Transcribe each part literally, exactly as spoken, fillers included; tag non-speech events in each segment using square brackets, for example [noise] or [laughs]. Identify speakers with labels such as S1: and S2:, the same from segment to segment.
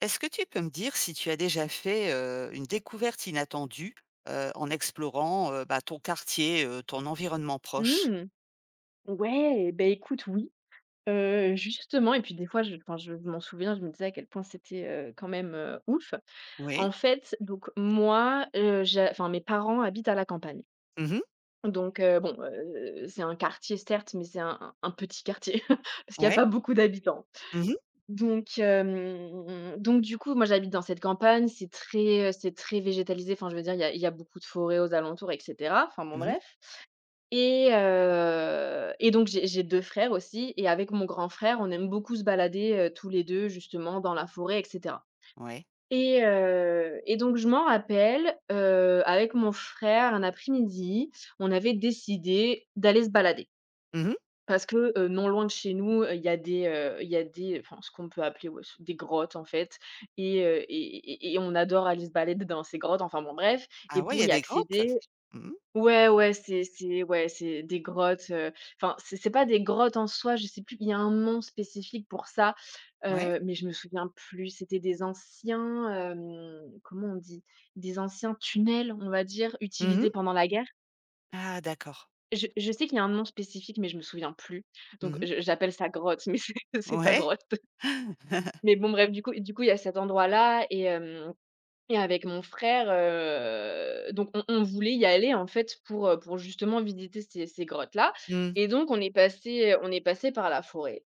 S1: Est-ce que tu peux me dire si tu as déjà fait, heu, une découverte inattendue, heu, en explorant, heu, bah, ton quartier, heu, ton environnement proche?
S2: Mmh. Ouais, ben écoute, oui, heu, justement et puis des fois, je enfin, je m'en souviens, je me disais à quel point c'était, heu, quand même, heu, ouf. En
S1: Oui.
S2: fait, donc moi, heu, j'a enfin, mes parents habitent à la campagne.
S1: Mmh mh.
S2: Donc heu, bon, heu, c'est un quartier certes, mais c'est un un un petit quartier [laughs] parce qu'il y a
S1: Ouais.
S2: pas beaucoup d'habitants.
S1: Mmh mh.
S2: Donc hem, donc du coup, moi, j'habite dans cette campagne, c'est très, c'est très végétalisé, enfin, je veux dire, il y a il y a beaucoup de forêts aux alentours et cetera, enfin, bon
S1: Mmh.
S2: bref. Et heu et donc j'ai j'ai deux frères aussi et avec mon grand frère, on aime beaucoup se balader, heu, tous les deux justement dans la forêt et cetera
S1: Ouais.
S2: et heu et donc je m'en rappelle, heu, avec mon frère, un après-midi, on avait décidé d'aller se balader
S1: Mmh.
S2: parce que, heu, non loin de chez nous, heu, il y a des, heu, il y a des enfin, ce qu'on peut appeler, ouais, des grottes en fait et heu et et et on adore aller se balader dans ces grottes, enfin bon bref et
S1: Ah ouais, il y
S2: pour
S1: a
S2: y
S1: des grottes?
S2: accéder.
S1: Mmh.
S2: Ouais, ouais, c'est c'est ouais, c'est des grottes, heu, enfin, c'est c'est pas des grottes en soi, je sais plus, il y a un nom spécifique pour ça,
S1: Ouais.
S2: heu, mais je me souviens plus. C'était des anciens, hem, comment on dit? Des anciens tunnels, on va dire, utilisés
S1: Mmh.
S2: pendant la guerre.
S1: Ah d'accord.
S2: Je je sais qu'il y a un nom spécifique, mais je me souviens plus. Donc
S1: Mmh mh.
S2: je j'appelle ça grotte, [laughs] mais c'est c'est pas
S1: Ouais.
S2: grotte.
S1: [laughs]
S2: Mais bon bref, du coup du coup, il y a cet endroit-là et hem et avec mon frère, heu, donc on on voulait y aller en fait pour, heu, pour justement visiter ces ces grottes-là
S1: Mmh.
S2: et donc on est passé, on est passé par la forêt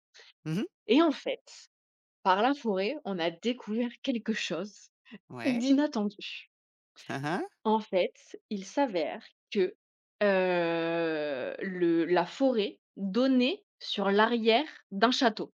S1: Mmh.
S2: et en fait, par la forêt, on a découvert quelque chose
S1: Ouais.
S2: d'inattendu.
S1: Hein, hein.
S2: En fait, il s'avère que, heu, le la forêt donnait sur l'arrière d'un château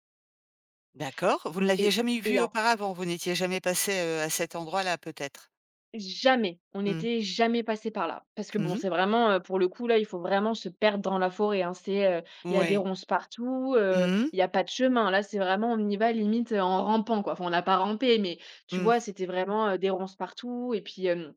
S1: D'accord. Vous ne l'aviez
S2: et
S1: jamais vu auparavant? Vous n'étiez jamais passé, heu, à cet endroit-là peut-être?
S2: jamais, on
S1: Mmh.
S2: n'était jamais passé par là. Parce que bon,
S1: Mmh.
S2: c'est vraiment, heu, pour le coup, là, il faut vraiment se perdre dans la forêt, hein. C'est, heu, il y a des
S1: Ouais.
S2: ronces partout, heu,
S1: Mmh mh.
S2: il y a pas de chemin. Là, c'est vraiment on y va limite, heu, en rampant, quoi. Enfin, on n'a pas rampé, mais tu
S1: Mmh.
S2: vois, c'était vraiment, heu, des ronces partout et puis, hem,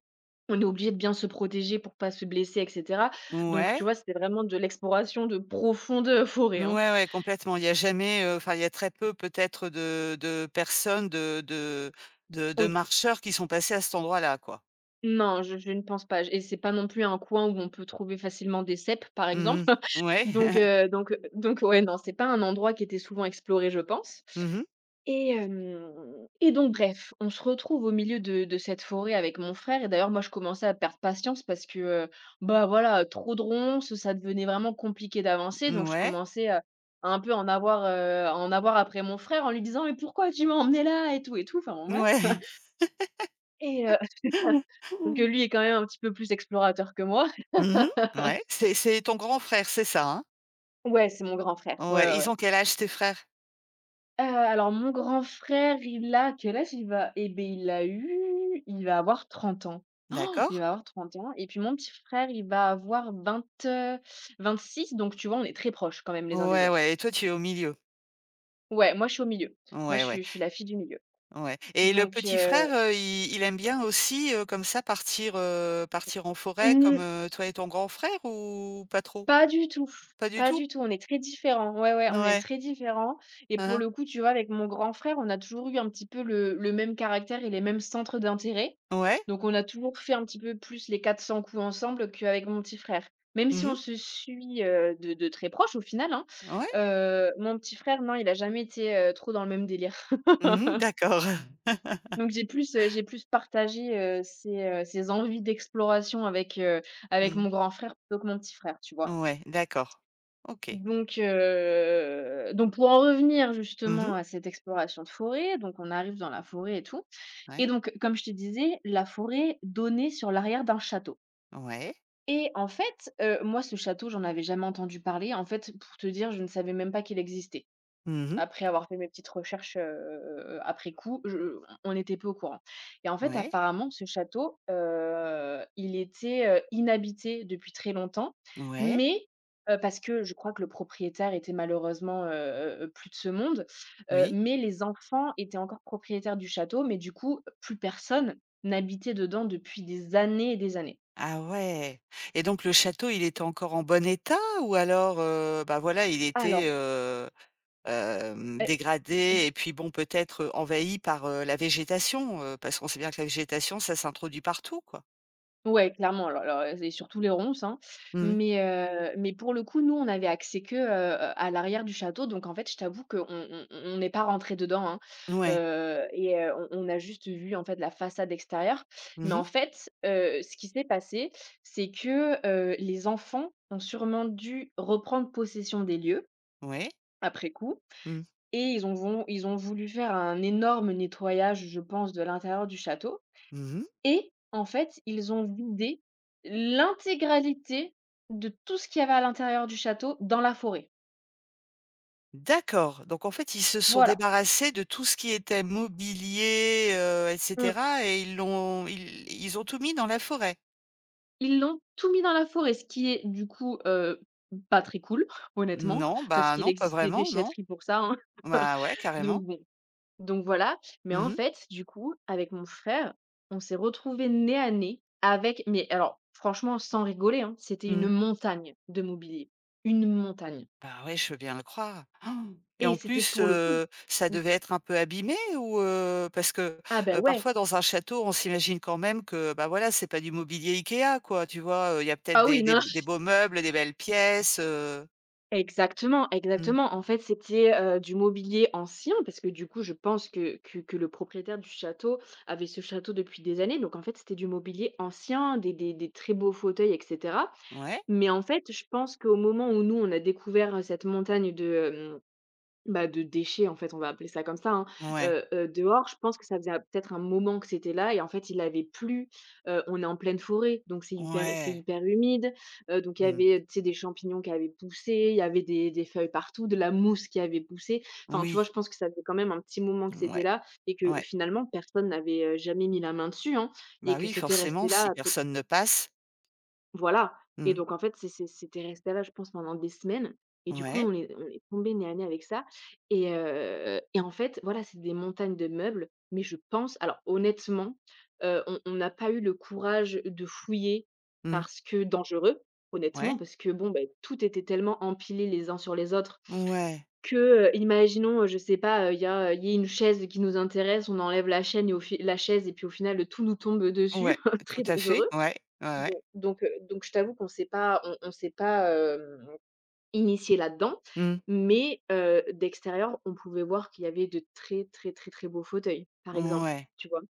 S2: on est obligé de bien se protéger pour pas se blesser et cetera. Donc tu
S1: Ouais.
S2: vois, c'était vraiment de l'exploration de profonde, heu, forêt, [laughs] hein.
S1: Ouais, ouais, complètement. Il y a jamais, heu, enfin, il y a très peu peut-être de de personnes, de de de de
S2: Oui.
S1: marcheurs qui sont passés à cet endroit-là, quoi.
S2: Non, je je ne pense pas. Et c'est pas non plus un coin où on peut trouver facilement des cèpes, par exemple.
S1: Mmh. Ouais.
S2: Donc
S1: [laughs]
S2: heu, donc euh, donc ouais, non, c'est pas un endroit qui était souvent exploré, je pense
S1: Mmh.
S2: et hem et donc bref, on se retrouve au milieu de de cette forêt avec mon frère et d'ailleurs moi je commençais à perdre patience parce que, heu, bah, voilà, trop de ronces, ça devenait vraiment compliqué d'avancer donc je
S1: Ouais.
S2: commençais, heu, à un peu en avoir, heu, à en avoir après mon frère en lui disant: «Mais pourquoi tu m'as emmené là?» et tout et tout, enfin bon bref
S1: Ouais.
S2: et heu,
S1: [laughs]
S2: [laughs] que lui est quand même un petit peu plus explorateur que moi.
S1: Mmh. Ouais. C'est c'est ton grand frère, c'est ça, hein?
S2: Ouais, c'est mon grand frère, ouais,
S1: Ouais.
S2: ouais,
S1: Ils
S2: ouais.
S1: ont quel âge tes frères?
S2: Heu, alors mon grand frère, il a quel âge il va? Et beh, il a eu il va avoir trente ans. Oh,
S1: D'accord.
S2: il va avoir trente ans et puis mon petit frère, il va avoir vingt heu, six donc tu vois, on est très proches quand même les uns des
S1: Ouais,
S2: autres.
S1: ouais, et toi tu es au milieu?
S2: Ouais, moi je suis au milieu. Moi
S1: Ouais,
S2: je
S1: ouais,
S2: suis je suis la fille du milieu
S1: ouais, et le
S2: donc
S1: petit
S2: heu
S1: frère, heu, il il aime bien aussi, heu, comme ça partir, heu, partir en forêt comme,
S2: mmh.
S1: heu, toi et ton grand frère ou pas trop?
S2: Pas du tout,
S1: Pas du
S2: pas
S1: tout?
S2: du tout, on est très différents. Ouais, ouais, on est
S1: Ouais.
S2: très différents et
S1: Hein
S2: pour
S1: hein.
S2: le coup, tu vois, avec mon grand frère, on a toujours eu un petit peu le le même caractère et les mêmes centres d'intérêt.
S1: Ouais.
S2: Donc on a toujours fait un petit peu plus les quatre cents coups ensemble qu'avec mon petit frère. Même si
S1: Mmh.
S2: on se suit, heu, de de très proche au final, hein,
S1: Ouais.
S2: heu, mon petit frère, non, il a jamais été, heu, trop dans le même délire.
S1: Mmh. D'accord. [laughs]
S2: [laughs] Donc j'ai plus, heu, j'ai plus partagé, heu, ses, heu, ses envies d'exploration avec, heu, avec
S1: Mmh.
S2: mon grand frère plutôt que mon petit frère, tu vois?
S1: Ouais, d'accord. OK.
S2: Donc heu, donc pour en revenir
S1: Mmh.
S2: justement à cette exploration de forêt, donc on arrive dans la forêt et tout et
S1: Ouais.
S2: donc comme je te disais, la forêt donnait sur l'arrière d'un château
S1: Ouais.
S2: et en fait, heu, moi ce château, j'en avais jamais entendu parler. En fait, pour te dire, je ne savais même pas qu'il existait.
S1: Mmh.
S2: Après avoir fait mes petites recherches, heu, après coup, je on était peu au courant et en fait,
S1: Ouais.
S2: apparemment, ce château, heu, il était, heu, inhabité depuis très longtemps,
S1: Ouais.
S2: mais heu, parce que je crois que le propriétaire était malheureusement, heu heu plus de ce monde, heu,
S1: Oui.
S2: mais les enfants étaient encore propriétaires du château, mais du coup, plus personne n'habitait dedans depuis des années et des années.
S1: Ah ouais, et donc le château, il était encore en bon état ou alors, heu, bah, voilà, il était,
S2: Alors,
S1: heu, hem,
S2: heu
S1: dégradé et puis bon, peut-être, heu, envahi par, heu, la végétation, heu, parce qu'on sait bien que la végétation, ça s'introduit partout, quoi?
S2: Ouais, clairement, alors alors, heu, c'est surtout les ronces, hein,
S1: Mmh.
S2: mais heu, mais pour le coup, nous, on avait accès que, heu, à l'arrière du château, donc en fait, je t'avoue qu'on on on n'est pas rentré dedans, hein,
S1: Ouais.
S2: heu, et heu, on on a juste vu, en fait, la façade extérieure, mais
S1: Mmh.
S2: en fait, heu, ce qui s'est passé, c'est que, heu, les enfants ont sûrement dû reprendre possession des lieux,
S1: Ouais.
S2: après coup
S1: Mmh.
S2: et ils ont vont ils ont voulu faire un énorme nettoyage, je pense, de l'intérieur du château
S1: Mmh.
S2: et en fait, ils ont vidé l'intégralité de tout ce qu'il y avait à l'intérieur du château dans la forêt.
S1: D'accord, donc en fait, ils se sont
S2: Voilà.
S1: débarrassés de tout ce qui était mobilier, heu et
S2: Mmh.
S1: cetera, et ils l'ont ils ils ont tout mis dans la forêt?
S2: Ils l'ont tout mis dans la forêt, ce qui est du coup, heu, pas très cool, [laughs] honnêtement,
S1: Non,
S2: parce
S1: bah,
S2: qu'il
S1: non, pas
S2: existe des
S1: vraiment, non.
S2: déchetteries pour ça, hein. [laughs]
S1: Bah, ouais,
S2: Donc
S1: carrément.
S2: bon, donc voilà. Mais
S1: Mmh
S2: en
S1: mh.
S2: fait, du coup, avec mon frère, on s'est retrouvés nez à nez avec mais alors franchement, sans rigoler, hein, c'était une
S1: Mmh.
S2: montagne de mobilier, une montagne
S1: Bah, ouais, je veux bien le croire. [gasps] Ah. Et
S2: et
S1: en
S2: c'était
S1: plus,
S2: pour le coup
S1: heu, ça
S2: mmh,
S1: devait être un peu abîmé ou, heu? Parce que,
S2: ah, ben
S1: heu,
S2: ouais.
S1: parfois dans un château, on s'imagine quand même que, bah, voilà, c'est pas du mobilier IKEA, quoi, tu vois? Il y a peut-être
S2: Ah
S1: des
S2: oui,
S1: des
S2: non.
S1: des
S2: [laughs]
S1: beaux meubles, des belles pièces, heu.
S2: Exactement,
S1: Mmh.
S2: exactement. En fait, c'était, heu, du mobilier ancien parce que, du coup, je pense que que que le propriétaire du château avait ce château depuis des années. Donc en fait, c'était du mobilier ancien, des des des très beaux fauteuils et cetera.
S1: Ouais?
S2: Mais en fait, je pense qu'au moment où nous, on a découvert, heu, cette montagne de, bah, de déchets, en fait, on va appeler ça comme ça, hein.
S1: Ouais.
S2: Heu heu, dehors, je pense que ça faisait peut-être un moment que c'était là et en fait, il avait plu. Heu, on est en pleine forêt, donc c'est hyper c'est
S1: Ouais.
S2: hyper humide. Heu, donc il y
S1: Mmh.
S2: avait, tu sais, des champignons qui avaient poussé, il y avait des des feuilles partout, de la mousse qui avait poussé. Enfin, tu vois, je
S1: Oui,
S2: pense que ça faisait quand même un petit moment que c'était
S1: ouais,
S2: là et que
S1: ouais.
S2: finalement personne n'avait, heu, jamais mis la main dessus, hein et
S1: Bah,
S2: que
S1: oui,
S2: c'était
S1: forcément,
S2: resté
S1: si
S2: là
S1: personne ne passe.
S2: voilà et
S1: Mmh.
S2: donc en fait, c'est c'est c'était resté là, je pense, pendant des semaines et du coup,
S1: Ouais.
S2: on est on est tombés nez à nez avec ça et heu et en fait, voilà, c'est des montagnes de meubles, mais je pense alors honnêtement, heu, on on n'a pas eu le courage de fouiller
S1: Mmh.
S2: parce que dangereux,
S1: Ouais.
S2: honnêtement, parce que bon, ben tout était tellement empilé les uns sur les autres
S1: Ouais.
S2: que, heu, imaginons, heu, je sais pas, heu, il y a il y a une chaise qui nous intéresse, on enlève la chaîne et au fi la chaise et puis au final, tout nous tombe dessus,
S1: Ouais.
S2: [laughs]
S1: Tout
S2: très
S1: à fait.
S2: dangereux.
S1: Ouais. Ouais, ouais.
S2: Donc donc, heu, donc je t'avoue qu'on s'est pas on on s'est pas, hem, initiés là-dedans,
S1: Mmh.
S2: mais, heu, d'extérieur, on pouvait voir qu'il y avait de très, très, très, très beaux fauteuils, par exemple,
S1: Ouais.
S2: tu vois?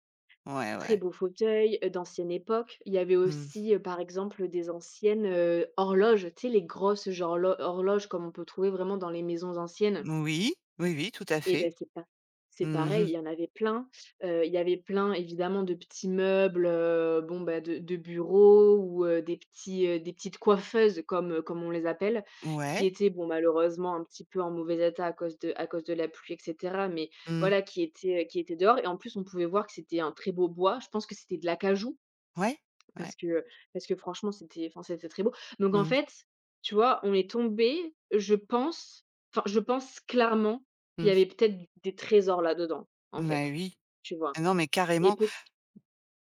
S1: Ouais,
S2: Très
S1: ouais.
S2: beaux fauteuils, heu, d'ancienne époque. Il y avait
S1: Mmh.
S2: aussi, heu, par exemple, des anciennes, heu, horloges, tu sais, les grosses genre lo horloges comme on peut trouver vraiment dans les maisons anciennes.
S1: Oui. Oui, oui, tout à
S2: Et
S1: fait.
S2: ben c'est pas c'est
S1: Mmh.
S2: pareil, il y en avait plein. Heu, il y avait plein évidemment de petits meubles, heu, bon, bah, de de bureaux ou heu, des petits, heu, des petites coiffeuses comme, heu, comme on les appelle, qui
S1: Ouais.
S2: étaient bon, malheureusement un petit peu en mauvais état à cause de à cause de la pluie et cetera, mais
S1: Mmh.
S2: voilà qui étaient, qui étaient dehors et en plus on pouvait voir que c'était un très beau bois. Je pense que c'était de l'acajou
S1: Ouais. Ouais.
S2: parce que, parce que franchement, c'était enfin, c'était très beau. Donc en
S1: Mmh.
S2: fait, tu vois, on est tombé, je pense, enfin, je pense clairement qu'il y avait
S1: Mmh.
S2: peut-être des trésors là-dedans, en
S1: Mais
S2: fait,
S1: oui.
S2: tu vois?
S1: Ah non, mais
S2: Et
S1: carrément.
S2: peut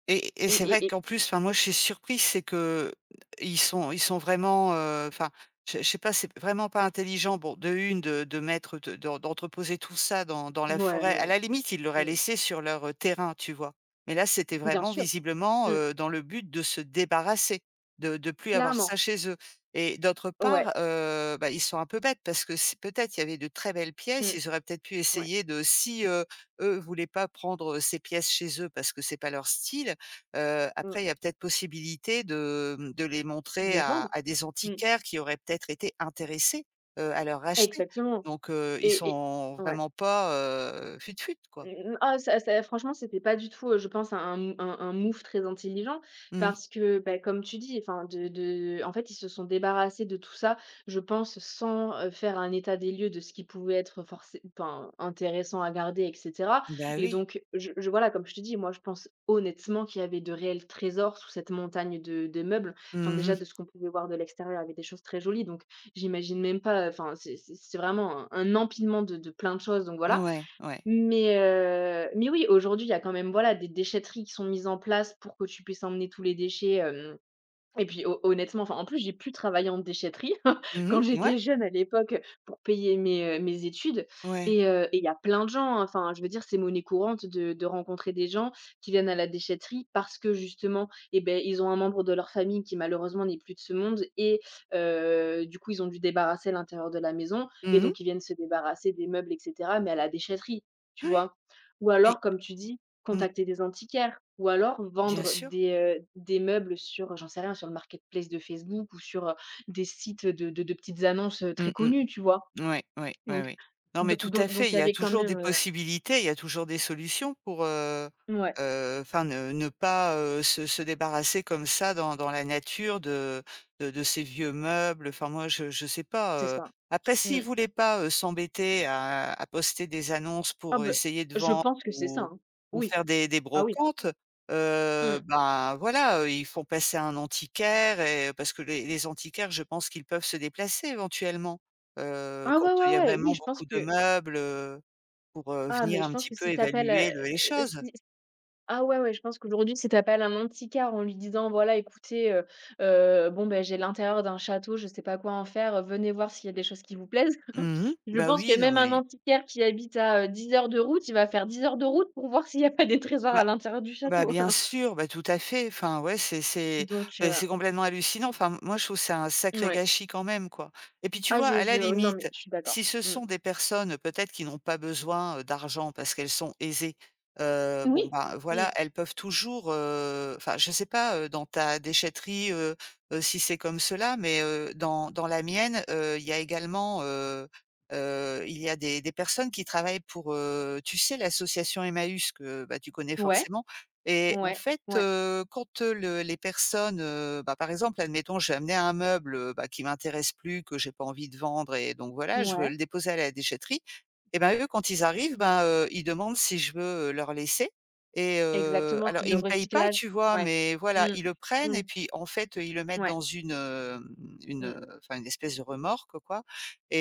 S1: Et et
S2: et
S1: c'est vrai
S2: et et
S1: qu'en plus, enfin, moi, je suis surprise, c'est que ils sont ils sont vraiment, heu, enfin, je je sais pas, c'est vraiment pas intelligent. Bon, de un de de mettre de d'en d'entreposer tout ça dans dans la
S2: ouais,
S1: forêt. À
S2: non,
S1: la limite, ils l'auraient
S2: mmh,
S1: laissé sur leur, heu, terrain, tu vois? Mais là, c'était
S2: bien
S1: vraiment
S2: sûr,
S1: visiblement,
S2: mmh,
S1: heu, dans le but de se débarrasser, de de plus avoir ça
S2: clairement,
S1: chez eux, et d'autre part,
S2: ouais,
S1: heu, bah, ils sont un peu bêtes parce que c'est peut-être il y avait de très belles pièces,
S2: mmh,
S1: ils auraient peut-être pu
S2: ouais,
S1: essayer de si, heu, eux voulaient pas prendre, euh, ces pièces chez eux parce que c'est pas leur style. Heu,
S2: mmh,
S1: après il y a peut-être possibilité de, mmh, de les
S2: de
S1: montrer
S2: les
S1: à
S2: vendre,
S1: à des
S2: mmh,
S1: antiquaires qui auraient peut-être été intéressés, heu, à leur racheter.
S2: exactement,
S1: Donc heu, ils
S2: et et
S1: sont
S2: ouais.
S1: vraiment pas, heu, fut-fut quoi.
S2: Mmh. Ah, ça ça franchement, c'était pas du tout, heu, je pense, un un un un move très intelligent,
S1: Mmh.
S2: parce que, bah, comme tu dis, enfin, de de en fait, ils se sont débarrassés de tout ça, je pense sans, heu, faire un état des lieux de ce qui pouvait être forcé, enfin, intéressant à garder, et cetera.
S1: Bah
S2: Et
S1: oui.
S2: donc, je je voilà, comme je te dis, moi, je pense honnêtement qu'il y avait de réels trésors sous cette montagne de de meubles. Enfin, déjà,
S1: Mmh.
S2: de ce qu'on pouvait voir de l'extérieur, il y avait des choses très jolies, donc j'imagine même pas. Enfin, c'est c'est c'est vraiment un un empilement de de plein de choses, donc voilà.
S1: Ouais, ouais.
S2: Mais heu, mais oui, aujourd'hui, il y a quand même, voilà, des déchetteries qui sont mises en place pour que tu puisses emmener tous les déchets, hem, et puis, ho honnêtement, enfin, en plus, j'ai pu travailler en déchetterie [laughs]
S1: Mmh.
S2: quand
S1: Ouais,
S2: j'étais jeune à l'époque, pour payer mes, heu, mes études.
S1: ouais.
S2: Et heu, et il y a plein de gens, hein. Enfin, je veux dire, c'est monnaie courante de de rencontrer des gens qui viennent à la déchetterie parce que, justement, eh ben, ils ont un membre de leur famille qui, malheureusement, n'est plus de ce monde, et heu, du coup, ils ont dû débarrasser l'intérieur de la maison, et
S1: Mmh.
S2: donc ils viennent se débarrasser des meubles, et cetera, mais à la déchetterie, tu
S1: Ouais.
S2: vois? Ou
S1: Mais.
S2: alors, comme tu dis,
S1: Mmh.
S2: contacter des antiquaires, ou alors
S1: Bien
S2: vendre
S1: sûr.
S2: des, heu, des meubles sur, j'en sais rien, sur le marketplace de Facebook, ou sur, heu, des sites de de de petites annonces, heu,
S1: Mmh
S2: très
S1: mh.
S2: connues, tu vois?
S1: Ouais, ouais, ouais,
S2: Donc,
S1: ouais. Non, mais
S2: Do
S1: tout à
S2: donc
S1: fait,
S2: donc
S1: il
S2: il y
S1: y a
S2: avait quand
S1: toujours des
S2: même,
S1: possibilités, il y a toujours des solutions pour, heu
S2: heu ouais,
S1: heu, enfin ne ne pas, heu, se se débarrasser comme ça dans dans la nature de de de ces vieux meubles. Enfin moi je je sais pas,
S2: c'est
S1: heu,
S2: ça.
S1: après
S2: Mmh.
S1: s'ils voulaient pas, heu, s'embêter à à poster des annonces
S2: Ah
S1: pour
S2: beh,
S1: essayer de
S2: je
S1: vendre
S2: pense que c'est ça,
S1: ou
S2: hein.
S1: ou
S2: Oui.
S1: faire des des
S2: Ah oui.
S1: brocantes, heu,
S2: Mmh.
S1: ben voilà, heu, ils font passer un antiquaire, et parce que les les antiquaires, je pense qu'ils peuvent se déplacer éventuellement. Heu,
S2: Ah
S1: quand
S2: ouais,
S1: il
S2: ouais,
S1: y a
S2: ouais,
S1: vraiment
S2: oui, je pense
S1: beaucoup de
S2: que,
S1: meubles, heu, pour, heu,
S2: ah,
S1: venir
S2: mais je
S1: un
S2: pense
S1: petit
S2: que
S1: peu
S2: si t'appelles
S1: évaluer le les
S2: appelles,
S1: choses.
S2: si ah ouais, ouais, je pense qu'aujourd'hui, si tu un antiquaire, en lui disant: «Voilà, écoutez, heu heu, bon, ben, j'ai l'intérieur d'un château, je sais pas quoi en faire, euh, venez voir s'il y a des choses qui vous plaisent». [laughs]
S1: Mmh.
S2: Je
S1: Bah
S2: pense
S1: oui,
S2: que
S1: non
S2: même un
S1: mais
S2: antiquaire qui habite à, heu, dix heures de route, il va faire dix heures de route pour voir s'il n'y a pas des trésors à
S1: bah.
S2: l'intérieur du
S1: Bah,
S2: château.
S1: bien
S2: [laughs]
S1: sûr, bah, tout à fait. Enfin, ouais, c'est c'est,
S2: Donc,
S1: heu,
S2: heu,
S1: c'est complètement hallucinant. Enfin, moi, je trouve c'est un sacré
S2: ouais.
S1: gâchis quand même, quoi, et puis, tu
S2: Ah,
S1: vois,
S2: je
S1: à la
S2: je non, mais
S1: limite,
S2: je suis d'accord.
S1: si ce
S2: Mmh.
S1: sont des personnes, peut-être qui n'ont pas besoin, heu, d'argent parce qu'elles sont aisées, heu, bon,
S2: Oui.
S1: bah
S2: Mmh.
S1: voilà, elles peuvent toujours, heu, enfin, je sais pas, heu, dans ta déchetterie, heu heu, si c'est comme cela, mais heu, dans dans la mienne, heu, il y a également, heu heu, il y a des des personnes qui travaillent pour, heu, tu sais, l'association Emmaüs que, bah, tu connais
S2: Ouais,
S1: forcément? Et en
S2: ouais,
S1: fait,
S2: ouais,
S1: heu, quand, heu, le les personnes, heu, bah, par exemple, admettons, j'ai amené un meuble, heu, bah, qui m'intéresse plus, que j'ai pas envie de vendre, et donc voilà, je veux
S2: ouais.
S1: le déposer à la déchetterie. Et ben, eux, quand ils arrivent, ben, heu, ils demandent si je veux, heu, leur laisser, et heu,
S2: Exactement,
S1: alors
S2: c'est
S1: ils
S2: le
S1: me payent pas,
S2: recyclage.
S1: tu vois?
S2: Ouais.
S1: Mais voilà,
S2: Mmh.
S1: ils le prennent
S2: Mmh.
S1: et puis, en fait, ils le mettent
S2: Ouais.
S1: dans une, hem, une,
S2: Mmh.
S1: heu, enfin, une espèce de remorque, quoi,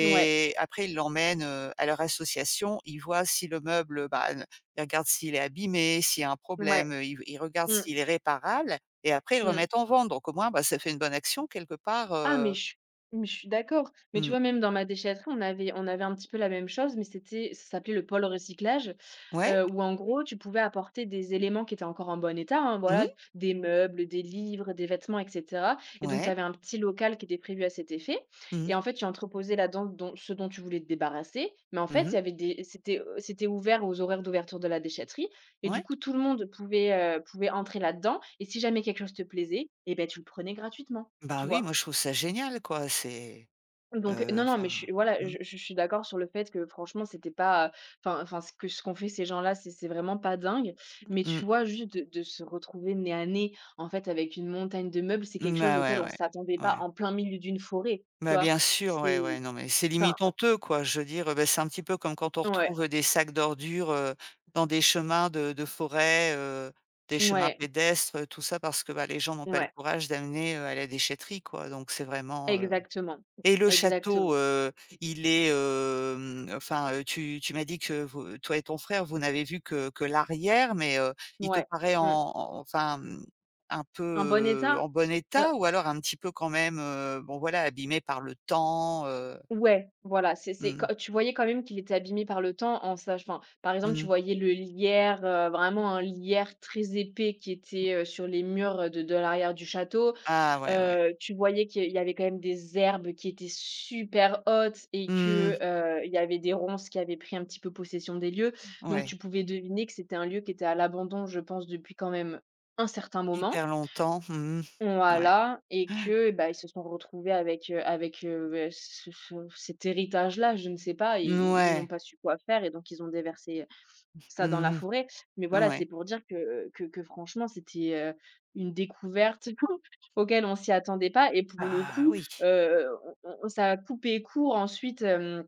S2: Ouais.
S1: après ils l'emmènent, heu, à leur association. Ils voient si le meuble, bah, ne ils regardent s'il est abîmé, s'il y a un
S2: Ouais.
S1: problème, heu, ils ils regardent
S2: Mmh.
S1: s'il est réparable, et après ils le
S2: Mmh.
S1: remettent en vente. Donc au moins, bah, ça fait une bonne action quelque part,
S2: Ah, mais
S1: heu,
S2: je suis mais je suis d'accord. Mais tu
S1: mmh.
S2: vois, même dans ma déchetterie, on avait on avait un petit peu la même chose, mais c'était, ça s'appelait le pôle recyclage,
S1: Ouais,
S2: heu, où, en gros, tu pouvais apporter des éléments qui étaient encore en bon état, hein,
S1: mmh,
S2: voilà, des meubles, des livres, des vêtements, et cetera, et donc tu
S1: ouais,
S2: avais un petit local qui était prévu à cet effet,
S1: mmh.
S2: et en fait, tu entreposais là-dedans dont ce dont tu voulais te débarrasser, mais, en fait,
S1: Mmh.
S2: il y avait des, c'était, heu, c'était ouvert aux horaires d'ouverture de la déchetterie, et du
S1: Ouais.
S2: coup, tout le monde pouvait, heu, pouvait entrer là-dedans, et si jamais quelque chose te plaisait, et ben, tu le prenais gratuitement,
S1: Bah
S2: tu
S1: oui, moi
S2: vois?
S1: je trouve ça génial quoi, c'est,
S2: Donc,
S1: heu,
S2: non, non, mais
S1: enfin,
S2: je suis, voilà,
S1: mmh,
S2: je je suis d'accord sur le fait que, franchement, c'était pas, enfin, enfin ce que ce qu'ont fait ces gens-là, c'est c'est vraiment pas dingue. Mais
S1: mmh,
S2: tu vois, juste de de se retrouver nez à nez, en fait, avec une montagne de meubles, c'est quelque chose
S1: bah, ouais,
S2: auquel on s'attendait
S1: ouais,
S2: pas
S1: ouais.
S2: en plein milieu d'une forêt, tu
S1: Bah,
S2: vois?
S1: bien sûr, ouais,
S2: C'est,
S1: ouais, non mais c'est
S2: enfin,
S1: limite honteux quoi, je veux dire, heu, bah, c'est un petit peu comme quand on
S2: ouais,
S1: retrouve, des sacs d'ordures, heu, dans des chemins de de forêt, heu, des chemins
S2: ouais,
S1: pédestres, tout ça parce que, bah, les gens n'ont pas le
S2: ouais,
S1: courage d'amener, heu, à la déchetterie quoi, donc c'est vraiment, euh,
S2: exactement,
S1: et le château,
S2: exactement,
S1: heu, il est, hem, enfin, heu, tu tu m'as dit que vous toi et ton frère, vous n'avez vu que que l'arrière, mais, heu, il te
S2: ouais,
S1: paraît en
S2: mmh.
S1: en enfin, mmh, un peu,
S2: En bon
S1: heu,
S2: état?
S1: en bon
S2: euh,
S1: état ou alors un petit peu quand même, heu, bon voilà, abîmé par le temps, heu?
S2: Ouais, voilà, c'est, c'est
S1: Mmh.
S2: quand tu voyais quand même qu'il était abîmé par le temps, en sach enfin, par exemple, tu
S1: Mmh.
S2: voyais le lierre, heu, vraiment un lierre très épais qui était, heu, sur les murs, heu, de de l'arrière du château.
S1: Ah ouais, ouais.
S2: Heu, tu voyais qu'il y avait quand même des herbes qui étaient super hautes, et
S1: Mmh.
S2: que, heu, il y avait des ronces qui avaient pris un petit peu possession des lieux. Donc tu
S1: Ouais.
S2: pouvais deviner que c'était un lieu qui était à l'abandon, je pense, depuis quand même un certain moment.
S1: Hyper longtemps. Mmh mh. Ouais.
S2: Voilà, et que, bah, ils se sont retrouvés avec, heu, avec, heu, beh, ce ce cet héritage-là, je ne sais pas, i i ils n'ont
S1: Mouais.
S2: pas su quoi faire, et donc ils ont déversé ça dans la
S1: Mmh.
S2: forêt. Mais voilà, c'est
S1: Ouais.
S2: pour dire que que que, franchement, c'était, heu, une découverte [laughs] auquel on s'y attendait pas, et pour le
S1: Ah
S2: coup,
S1: oui.
S2: heu, on on ça a coupé court ensuite, hem,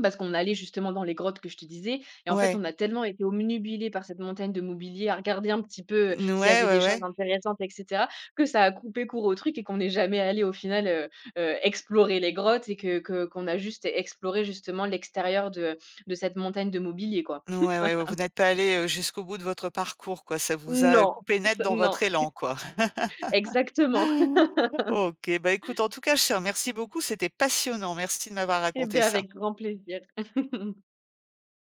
S2: parce qu'on allait justement dans les grottes que je te disais, et en fait,
S1: Ouais.
S2: on a tellement été obnubilés par cette montagne de mobilier, à regarder un petit peu
S1: Mmh,
S2: s'il y
S1: ouais,
S2: avait des
S1: ouais,
S2: choses
S1: ouais.
S2: intéressantes, et cetera, que ça a coupé court au truc, et qu'on n'est jamais allé, au final, heu heu, explorer les grottes, et que que qu'on a juste exploré, justement, l'extérieur de de cette montagne de mobilier, quoi.
S1: Ouais, ouais, ouais, vous n'êtes pas allé heu, jusqu'au bout de votre parcours, quoi. Ça vous a, heu,
S2: Non,
S1: coupé
S2: [laughs]
S1: net dans
S2: non,
S1: votre élan, quoi.
S2: exactement. [laughs]
S1: [laughs] OK, bah, écoute, en tout cas, je te remercie beaucoup, c'était passionnant. Merci de m'avoir
S2: Eh
S1: raconté
S2: bien,
S1: ça.
S2: avec grand plaisir. [laughs]